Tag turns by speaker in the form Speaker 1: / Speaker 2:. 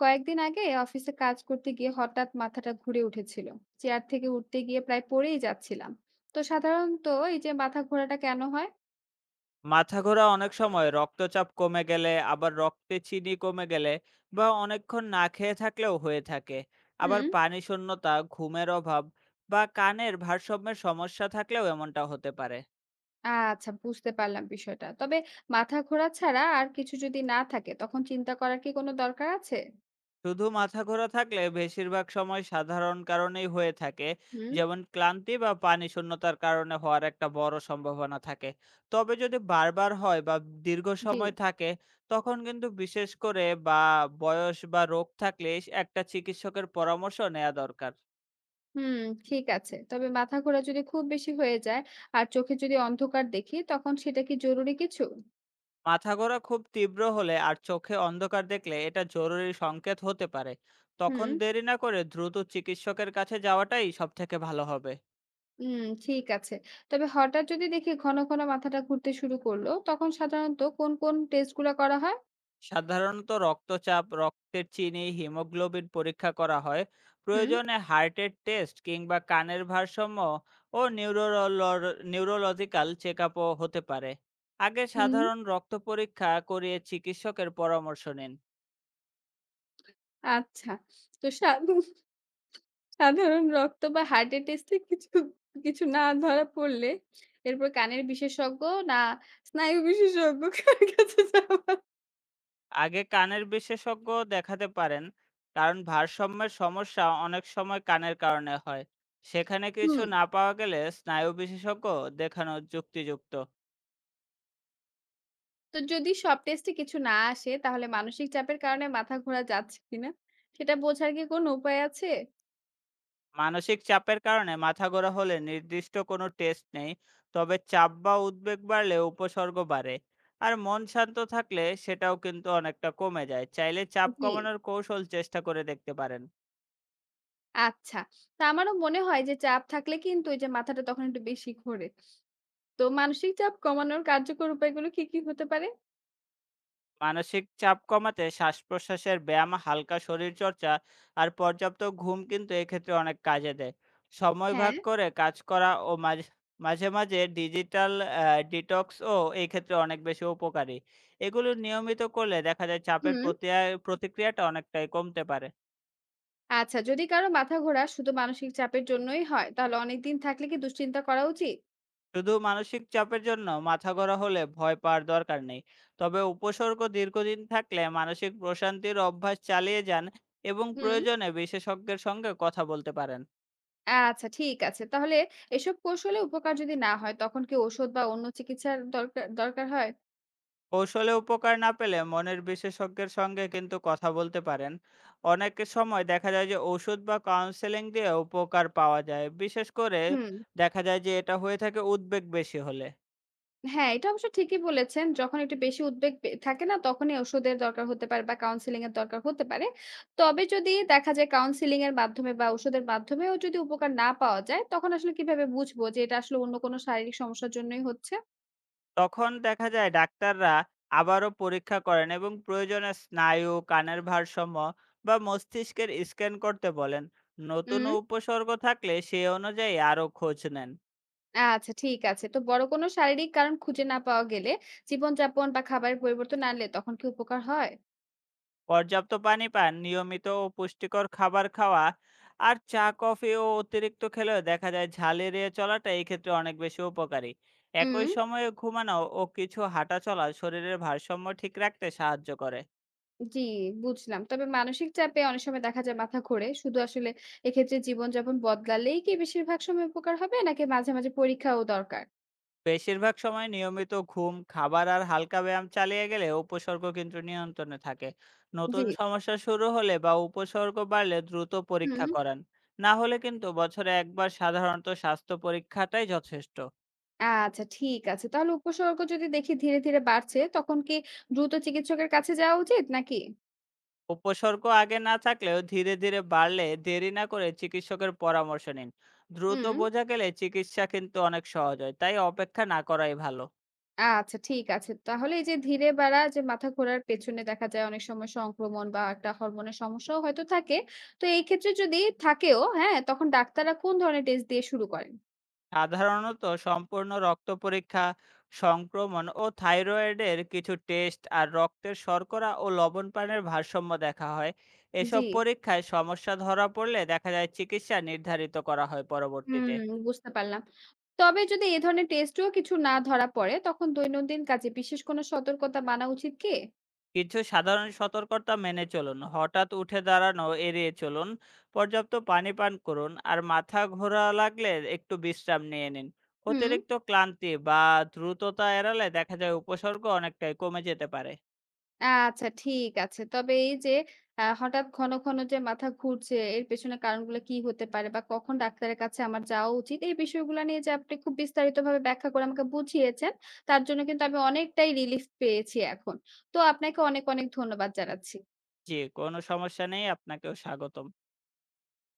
Speaker 1: কয়েকদিন আগে অফিসে কাজ করতে গিয়ে হঠাৎ মাথাটা ঘুরে উঠেছিল। চেয়ার থেকে উঠতে গিয়ে প্রায় পড়েই যাচ্ছিলাম। তো সাধারণত এই যে মাথা ঘোরাটা কেন হয়?
Speaker 2: মাথা ঘোরা অনেক সময় রক্তচাপ কমে গেলে আবার রক্তে চিনি কমে গেলে বা অনেকক্ষণ না খেয়ে থাকলেও হয়ে থাকে। আবার
Speaker 1: হুম।
Speaker 2: পানি শূন্যতা, ঘুমের অভাব বা কানের ভারসাম্যের সমস্যা থাকলেও এমনটা হতে পারে।
Speaker 1: আচ্ছা, বুঝতে পারলাম বিষয়টা। তবে মাথা ঘোরা ছাড়া আর কিছু যদি না থাকে তখন চিন্তা করার কি কোনো দরকার আছে?
Speaker 2: শুধু মাথা ঘোরা থাকলে বেশিরভাগ সময় সাধারণ কারণেই হয়ে থাকে,
Speaker 1: হুম।
Speaker 2: যেমন ক্লান্তি বা পানি শূন্যতার কারণে হওয়ার একটা বড় সম্ভাবনা থাকে। তবে যদি বারবার হয় বা দীর্ঘ
Speaker 1: জি।
Speaker 2: সময় থাকে, তখন কিন্তু বিশেষ করে বা বয়স বা রোগ থাকলে একটা চিকিৎসকের পরামর্শ নেওয়া দরকার।
Speaker 1: হুম। ঠিক আছে, তবে মাথা ঘোরা যদি খুব বেশি হয়ে যায় আর চোখে যদি অন্ধকার দেখি তখন সেটা কি জরুরি কিছু?
Speaker 2: মাথা ঘোরা খুব তীব্র হলে আর চোখে অন্ধকার দেখলে এটা জরুরি সংকেত হতে পারে। তখন
Speaker 1: হুম।
Speaker 2: দেরি না করে দ্রুত চিকিৎসকের কাছে যাওয়াটাই সব থেকে ভালো হবে।
Speaker 1: হুম, ঠিক আছে। তবে হঠাৎ যদি দেখি ঘন, ঘন মাথাটা ঘুরতে শুরু করলো, তখন সাধারণত কোন, কোন টেস্ট গুলা করা হয়?
Speaker 2: সাধারণত রক্তচাপ, রক্তের চিনি, হিমোগ্লোবিন পরীক্ষা করা হয়।
Speaker 1: হুম।
Speaker 2: প্রয়োজনে হার্টের টেস্ট কিংবা কানের ভারসাম্য ও নিউরোলজিক্যাল চেকআপও হতে পারে। আগে
Speaker 1: হুম,
Speaker 2: সাধারণ রক্ত পরীক্ষা করিয়ে চিকিৎসকের পরামর্শ নিন।
Speaker 1: আচ্ছা। তো সাধ সাধারণ রক্ত বা হার্টের টেস্টে কিছু, কিছু না ধরা পড়লে এরপর কানের বিশেষজ্ঞ, না স্নায়ু বিশেষজ্ঞ, কার কাছে যাওয়া?
Speaker 2: আগে কানের বিশেষজ্ঞ দেখাতে পারেন, কারণ ভারসাম্যের সমস্যা অনেক সময় কানের কারণে হয়। সেখানে কিছু
Speaker 1: হুম।
Speaker 2: না পাওয়া গেলে স্নায়ু বিশেষজ্ঞ দেখানো যুক্তিযুক্ত।
Speaker 1: তো যদি সব টেস্টে কিছু না আসে তাহলে মানসিক চাপের কারণে মাথা ঘোরা যাচ্ছে কিনা সেটা বোঝার কি কোনো উপায় আছে?
Speaker 2: মানসিক চাপের কারণে মাথা ঘোরা হলে নির্দিষ্ট কোনো টেস্ট নেই। তবে চাপ বা উদ্বেগ বাড়লে উপসর্গ বাড়ে, আর মন শান্ত থাকলে সেটাও কিন্তু অনেকটা কমে যায়। চাইলে চাপ
Speaker 1: জি।
Speaker 2: কমানোর কৌশল চেষ্টা করে দেখতে পারেন।
Speaker 1: আচ্ছা। তা আমারও মনে হয় যে চাপ থাকলে কিন্তু ওই যে মাথাটা তখন একটু বেশি ঘোরে। তো মানসিক চাপ কমানোর কার্যকর উপায়গুলো কি, কি হতে পারে?
Speaker 2: মানসিক চাপ কমাতে শ্বাস-প্রশ্বাসের ব্যায়াম, হালকা শরীরচর্চা আর পর্যাপ্ত ঘুম কিন্তু এক্ষেত্রে অনেক কাজে দেয়। সময় ভাগ
Speaker 1: হ্যাঁ,
Speaker 2: করে কাজ করা ও মাঝে ডিজিটাল আ ডিটক্সও এই ক্ষেত্রে অনেক বেশি উপকারী। এগুলো নিয়মিত করলে দেখা যায় চাপের
Speaker 1: হুম।
Speaker 2: প্রতিয়া প্রতিক্রিয়াটা অনেকটাই কমতে পারে।
Speaker 1: আচ্ছা, যদি কারো মাথা ঘোরা শুধু মানসিক চাপের জন্যই হয়, তাহলে অনেকদিন থাকলে কি দুশ্চিন্তা করা উচিত?
Speaker 2: শুধু মানসিক চাপের জন্য মাথাঘোরা হলে ভয় পাওয়ার দরকার নেই। তবে উপসর্গ দীর্ঘদিন থাকলে মানসিক প্রশান্তির অভ্যাস চালিয়ে যান এবং
Speaker 1: হুম।
Speaker 2: প্রয়োজনে বিশেষজ্ঞের সঙ্গে কথা বলতে পারেন।
Speaker 1: আচ্ছা, ঠিক আছে। তাহলে এসব কৌশলে উপকার যদি না হয়, তখন কি ঔষধ বা অন্য চিকিৎসার দরকার দরকার হয়?
Speaker 2: কৌশলে উপকার না পেলে মনের বিশেষজ্ঞের সঙ্গে কিন্তু কথা বলতে পারেন। অনেক সময় দেখা যায় যে ওষুধ বা কাউন্সেলিং দিয়ে উপকার পাওয়া যায়, বিশেষ করে
Speaker 1: হুম।
Speaker 2: দেখা যায় যে এটা হয়ে থাকে উদ্বেগ বেশি হলে।
Speaker 1: হ্যাঁ, এটা অবশ্য ঠিকই বলেছেন। যখন একটু বেশি উদ্বেগ পে থাকে না, তখনই ওষুধের দরকার হতে পারে বা কাউন্সেলিং এর দরকার হতে পারে। তবে যদি দেখা যায় কাউন্সেলিং এর মাধ্যমে বা ওষুধের মাধ্যমেও যদি উপকার না পাওয়া যায়, তখন আসলে কিভাবে বুঝবো যে এটা আসলে অন্য কোনো শারীরিক সমস্যার জন্যই হচ্ছে?
Speaker 2: তখন দেখা যায় ডাক্তাররা আবারও পরীক্ষা করেন এবং প্রয়োজনে স্নায়ু, কানের ভারসাম্য বা মস্তিষ্কের স্ক্যান করতে বলেন। নতুন
Speaker 1: উম।
Speaker 2: উপসর্গ থাকলে সে অনুযায়ী আরও খোঁজ নেন।
Speaker 1: আচ্ছা, ঠিক আছে। তো বড় কোনো শারীরিক কারণ খুঁজে না পাওয়া গেলে জীবনযাপন বা খাবারের পরিবর্তন আনলে তখন কি উপকার হয়?
Speaker 2: পর্যাপ্ত পানি পান, নিয়মিত ও পুষ্টিকর খাবার খাওয়া আর চা কফি ও অতিরিক্ত খেলেও দেখা যায় ঝাল এড়িয়ে চলাটা এই ক্ষেত্রে অনেক বেশি উপকারী। একই
Speaker 1: উম।
Speaker 2: সময়ে ঘুমানো ও কিছু হাঁটা চলা শরীরের ভারসাম্য ঠিক রাখতে সাহায্য করে।
Speaker 1: জি, বুঝলাম। তবে মানসিক চাপে অনেক সময় দেখা যায় মাথা ঘোরে। শুধু আসলে এক্ষেত্রে জীবনযাপন বদলালেই কি বেশিরভাগ সময় উপকার হবে? নাকি মাঝে, মাঝে পরীক্ষাও দরকার?
Speaker 2: বেশিরভাগ সময় নিয়মিত ঘুম, খাবার আর হালকা ব্যায়াম চালিয়ে গেলে উপসর্গ কিন্তু নিয়ন্ত্রণে থাকে।
Speaker 1: জি।
Speaker 2: নতুন সমস্যা শুরু হলে বা উপসর্গ বাড়লে দ্রুত
Speaker 1: হুম।
Speaker 2: পরীক্ষা করান। না হলে কিন্তু বছরে একবার সাধারণত স্বাস্থ্য পরীক্ষাটাই যথেষ্ট।
Speaker 1: আচ্ছা, ঠিক আছে। তাহলে উপসর্গ যদি দেখি ধীরে, ধীরে বাড়ছে তখন কি দ্রুত চিকিৎসকের কাছে যাওয়া উচিত নাকি?
Speaker 2: উপসর্গ আগে না থাকলেও ধীরে ধীরে বাড়লে দেরি না করে চিকিৎসকের পরামর্শ নিন। দ্রুত
Speaker 1: হুম।
Speaker 2: বোঝা গেলে চিকিৎসা কিন্তু অনেক সহজ হয়, তাই অপেক্ষা না করাই ভালো।
Speaker 1: আচ্ছা, ঠিক আছে। তাহলে এই যে ধীরে বাড়া, যে মাথা ঘোরার পেছনে দেখা যায় অনেক সময় সংক্রমণ বা একটা হরমোনের সমস্যাও হয়তো থাকে। তো এই ক্ষেত্রে যদি থাকেও, হ্যাঁ? তখন ডাক্তাররা কোন ধরনের টেস্ট দিয়ে শুরু করেন?
Speaker 2: সাধারণত সম্পূর্ণ রক্ত পরীক্ষা, সংক্রমণ ও থাইরয়েডের কিছু টেস্ট আর রক্তের শর্করা ও লবণ পানের ভারসাম্য দেখা হয়। এসব
Speaker 1: জি।
Speaker 2: পরীক্ষায় সমস্যা ধরা পড়লে দেখা যায় চিকিৎসা নির্ধারিত করা হয়
Speaker 1: হুম,
Speaker 2: পরবর্তীতে।
Speaker 1: বুঝতে পারলাম। তবে যদি এ ধরনের টেস্টেও কিছু না ধরা পড়ে, তখন দৈনন্দিন কাজে বিশেষ কোনো সতর্কতা মানা উচিত কি?
Speaker 2: কিছু সাধারণ সতর্কতা মেনে চলুন। হঠাৎ উঠে দাঁড়ানো এড়িয়ে চলুন। পর্যাপ্ত পানি পান করুন। আর মাথা ঘোরা লাগলে একটু বিশ্রাম নিয়ে নিন।
Speaker 1: হুম,
Speaker 2: অতিরিক্ত ক্লান্তি বা দ্রুততা এড়ালে দেখা যায় উপসর্গ অনেকটাই কমে যেতে পারে।
Speaker 1: আচ্ছা, ঠিক আছে। তবে এই যে হঠাৎ ঘন, ঘন যে মাথা ঘুরছে, এর পেছনে কারণগুলো কি হতে পারে বা কখন ডাক্তারের কাছে আমার যাওয়া উচিত? এই বিষয়গুলা নিয়ে যে আপনি খুব বিস্তারিতভাবে ব্যাখ্যা করে আমাকে বুঝিয়েছেন, তার জন্য কিন্তু আমি অনেকটাই রিলিফ পেয়েছি এখন। তো আপনাকে অনেক, অনেক ধন্যবাদ জানাচ্ছি।
Speaker 2: জি, কোনো সমস্যা নেই। আপনাকেও স্বাগতম।